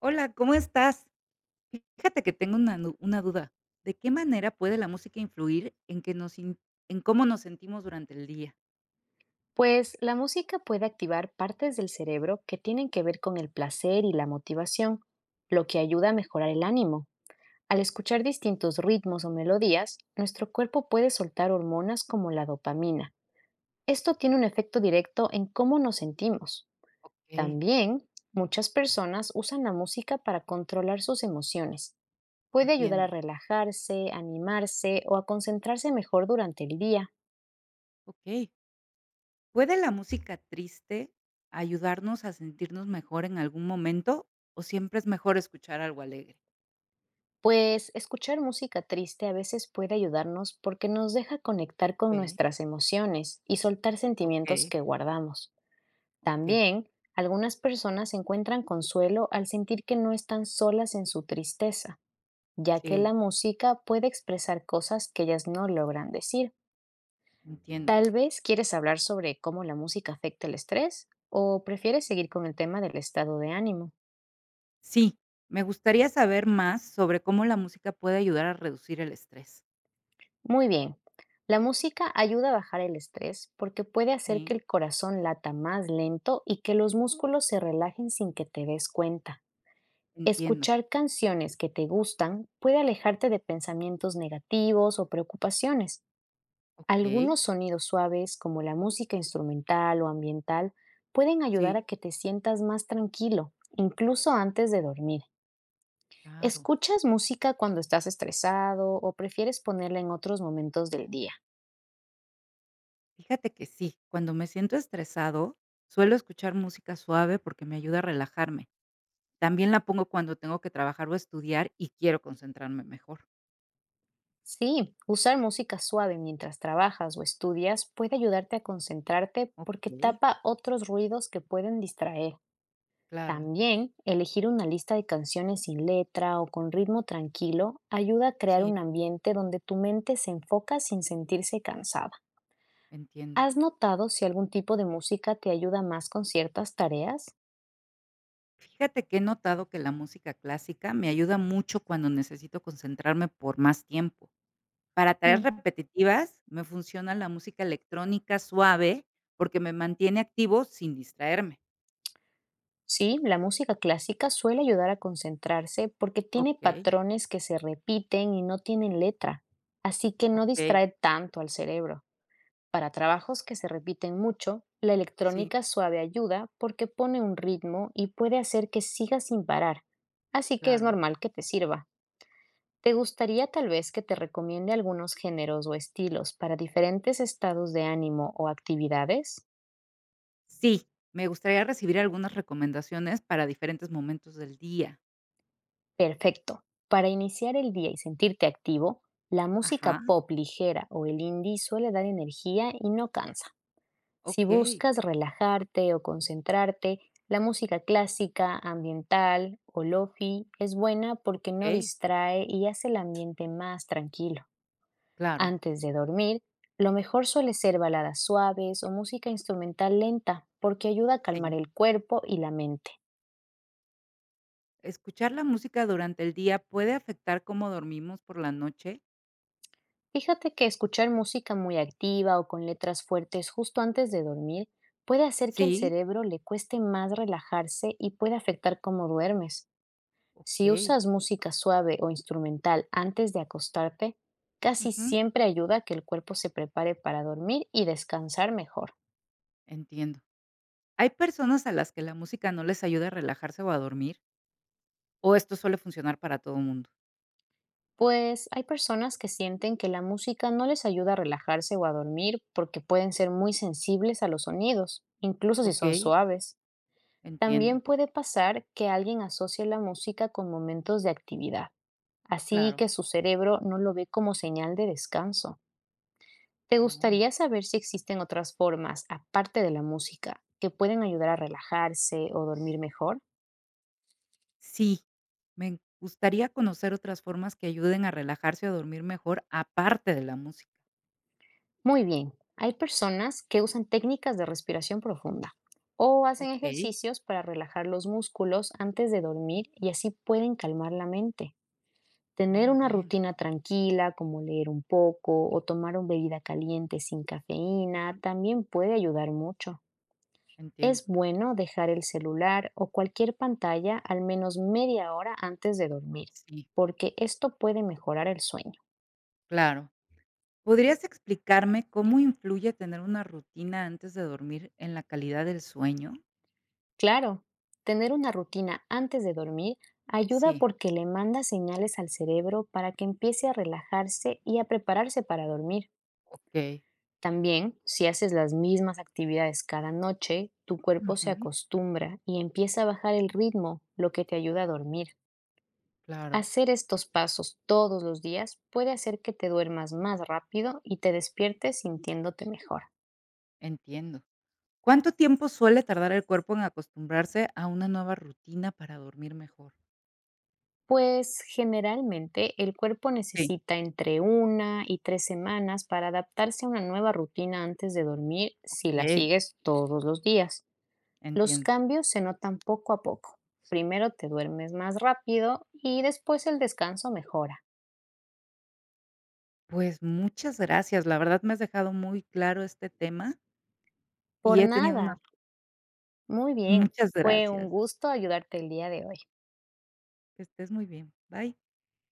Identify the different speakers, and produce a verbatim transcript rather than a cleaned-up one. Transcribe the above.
Speaker 1: Hola, ¿cómo estás? Fíjate que tengo una, nu- una duda. ¿De qué manera puede la música influir en que nos in- en cómo nos sentimos durante el día?
Speaker 2: Pues la música puede activar partes del cerebro que tienen que ver con el placer y la motivación, lo que ayuda a mejorar el ánimo. Al escuchar distintos ritmos o melodías, nuestro cuerpo puede soltar hormonas como la dopamina. Esto tiene un efecto directo en cómo nos sentimos.
Speaker 1: Ok.
Speaker 2: También, muchas personas usan la música para controlar sus emociones. Puede ayudar a
Speaker 1: Entiendo.
Speaker 2: relajarse, animarse o a concentrarse mejor durante el día.
Speaker 1: Ok. ¿Puede la música triste ayudarnos a sentirnos mejor en algún momento o siempre es mejor escuchar algo alegre?
Speaker 2: Pues escuchar música triste a veces puede ayudarnos porque nos deja conectar con
Speaker 1: Ok,
Speaker 2: nuestras emociones y soltar sentimientos
Speaker 1: ok,
Speaker 2: que guardamos.
Speaker 1: ok.
Speaker 2: También, algunas personas encuentran consuelo al sentir que no están solas en su tristeza, ya que la
Speaker 1: Sí,
Speaker 2: música puede expresar cosas que ellas no logran decir.
Speaker 1: entiendo.
Speaker 2: Tal vez quieres hablar sobre cómo la música afecta el estrés o prefieres seguir con el tema del estado de ánimo.
Speaker 1: Sí, me gustaría saber más sobre cómo la música puede ayudar a reducir el estrés.
Speaker 2: Muy bien. La música ayuda a bajar el estrés porque puede hacer que
Speaker 1: Sí,
Speaker 2: el corazón lata más lento y que los músculos se relajen sin que te des cuenta.
Speaker 1: entiendo.
Speaker 2: Escuchar canciones que te gustan puede alejarte de pensamientos negativos o preocupaciones.
Speaker 1: Ok.
Speaker 2: Algunos sonidos suaves, como la música instrumental o ambiental, pueden ayudar
Speaker 1: Sí,
Speaker 2: a que te sientas más tranquilo, incluso antes de dormir.
Speaker 1: claro.
Speaker 2: ¿Escuchas música cuando estás estresado o prefieres ponerla en otros momentos del día?
Speaker 1: Fíjate que sí, cuando me siento estresado, suelo escuchar música suave porque me ayuda a relajarme. También la pongo cuando tengo que trabajar o estudiar y quiero concentrarme mejor.
Speaker 2: Sí, usar música suave mientras trabajas o estudias puede ayudarte a concentrarte
Speaker 1: Ok,
Speaker 2: porque tapa otros ruidos que pueden distraer.
Speaker 1: claro,
Speaker 2: También, elegir una lista de canciones sin letra o con ritmo tranquilo ayuda a crear
Speaker 1: sí,
Speaker 2: un ambiente donde tu mente se enfoca sin sentirse cansada.
Speaker 1: entiendo.
Speaker 2: ¿Has notado si algún tipo de música te ayuda más con ciertas tareas?
Speaker 1: Fíjate que he notado que la música clásica me ayuda mucho cuando necesito concentrarme por más tiempo. Para tareas
Speaker 2: Mm.
Speaker 1: repetitivas me funciona la música electrónica suave porque me mantiene activo sin distraerme.
Speaker 2: Sí, la música clásica suele ayudar a concentrarse porque tiene
Speaker 1: Ok,
Speaker 2: patrones que se repiten y no tienen letra, así que no
Speaker 1: ok,
Speaker 2: distrae tanto al cerebro. Para trabajos que se repiten mucho, la
Speaker 1: sí,
Speaker 2: electrónica suave ayuda porque pone un ritmo y puede hacer que sigas sin parar, así que es
Speaker 1: claro.
Speaker 2: normal que te sirva. ¿Te gustaría tal vez que te recomiende algunos géneros o estilos para diferentes estados de ánimo o actividades?
Speaker 1: Sí, me gustaría recibir algunas recomendaciones para diferentes momentos del día.
Speaker 2: Perfecto. Para iniciar el día y sentirte activo, la
Speaker 1: Ajá,
Speaker 2: música pop ligera o el indie suele dar energía y no cansa. Si
Speaker 1: okey,
Speaker 2: buscas relajarte o concentrarte, la música clásica, ambiental o lofi es buena porque no
Speaker 1: okey,
Speaker 2: distrae y hace el ambiente más tranquilo.
Speaker 1: claro,
Speaker 2: Antes de dormir, lo mejor suele ser baladas suaves o música instrumental lenta porque ayuda a calmar
Speaker 1: sí.
Speaker 2: el cuerpo y la mente.
Speaker 1: ¿Escuchar la música durante el día puede afectar cómo dormimos por la noche?
Speaker 2: Fíjate que escuchar música muy activa o con letras fuertes justo antes de dormir puede hacer que al
Speaker 1: Sí,
Speaker 2: cerebro le cueste más relajarse y puede afectar cómo duermes. Si
Speaker 1: okey,
Speaker 2: usas música suave o instrumental antes de acostarte, casi
Speaker 1: ujú,
Speaker 2: siempre ayuda a que el cuerpo se prepare para dormir y descansar mejor.
Speaker 1: entiendo. ¿Hay personas a las que la música no les ayuda a relajarse o a dormir, o esto suele funcionar para todo el mundo?
Speaker 2: Pues hay personas que sienten que la música no les ayuda a relajarse o a dormir porque pueden ser muy sensibles a los sonidos, incluso si son
Speaker 1: Okey,
Speaker 2: suaves. También
Speaker 1: entiendo,
Speaker 2: puede pasar que alguien asocie la música con momentos de actividad, así
Speaker 1: claro.
Speaker 2: que su cerebro no lo ve como señal de descanso. ¿Te
Speaker 1: Oh.
Speaker 2: gustaría saber si existen otras formas, aparte de la música, que pueden ayudar a relajarse o dormir mejor?
Speaker 1: Sí, me gustaría conocer otras formas que ayuden a relajarse o a dormir mejor, aparte de la música.
Speaker 2: Muy bien, hay personas que usan técnicas de respiración profunda o hacen
Speaker 1: Ok,
Speaker 2: ejercicios para relajar los músculos antes de dormir y así pueden calmar la mente. Tener
Speaker 1: muy
Speaker 2: una
Speaker 1: bien.
Speaker 2: rutina tranquila, como leer un poco o tomar una bebida caliente sin cafeína,
Speaker 1: Mm,
Speaker 2: también puede ayudar mucho.
Speaker 1: entiendo.
Speaker 2: Es bueno dejar el celular o cualquier pantalla al menos media hora antes de dormir,
Speaker 1: Sí,
Speaker 2: porque esto puede mejorar el sueño.
Speaker 1: claro. ¿Podrías explicarme cómo influye tener una rutina antes de dormir en la calidad del sueño?
Speaker 2: Claro, tener una rutina antes de dormir ayuda
Speaker 1: Sí,
Speaker 2: porque le manda señales al cerebro para que empiece a relajarse y a prepararse para dormir.
Speaker 1: ok.
Speaker 2: También, si haces las mismas actividades cada noche, tu cuerpo se
Speaker 1: Ujú.
Speaker 2: acostumbra y empieza a bajar el ritmo, lo que te ayuda a dormir.
Speaker 1: Claro,
Speaker 2: Hacer estos pasos todos los días puede hacer que te duermas más rápido y te despiertes sintiéndote mejor.
Speaker 1: entiendo. ¿Cuánto tiempo suele tardar el cuerpo en acostumbrarse a una nueva rutina para dormir mejor?
Speaker 2: Pues generalmente el cuerpo
Speaker 1: Sí,
Speaker 2: necesita entre una y tres semanas para adaptarse a una nueva rutina antes de dormir si la
Speaker 1: ok,
Speaker 2: sigues todos los días. Los
Speaker 1: entiendo.
Speaker 2: cambios se notan poco a poco. Primero te duermes más rápido y después el descanso mejora.
Speaker 1: Pues muchas gracias, la verdad me has dejado muy claro este tema y
Speaker 2: Por
Speaker 1: he tenido una.
Speaker 2: nada. Muy bien.
Speaker 1: Muchas
Speaker 2: Fue
Speaker 1: gracias.
Speaker 2: un gusto ayudarte el día de hoy.
Speaker 1: Que estés muy bien. Bye.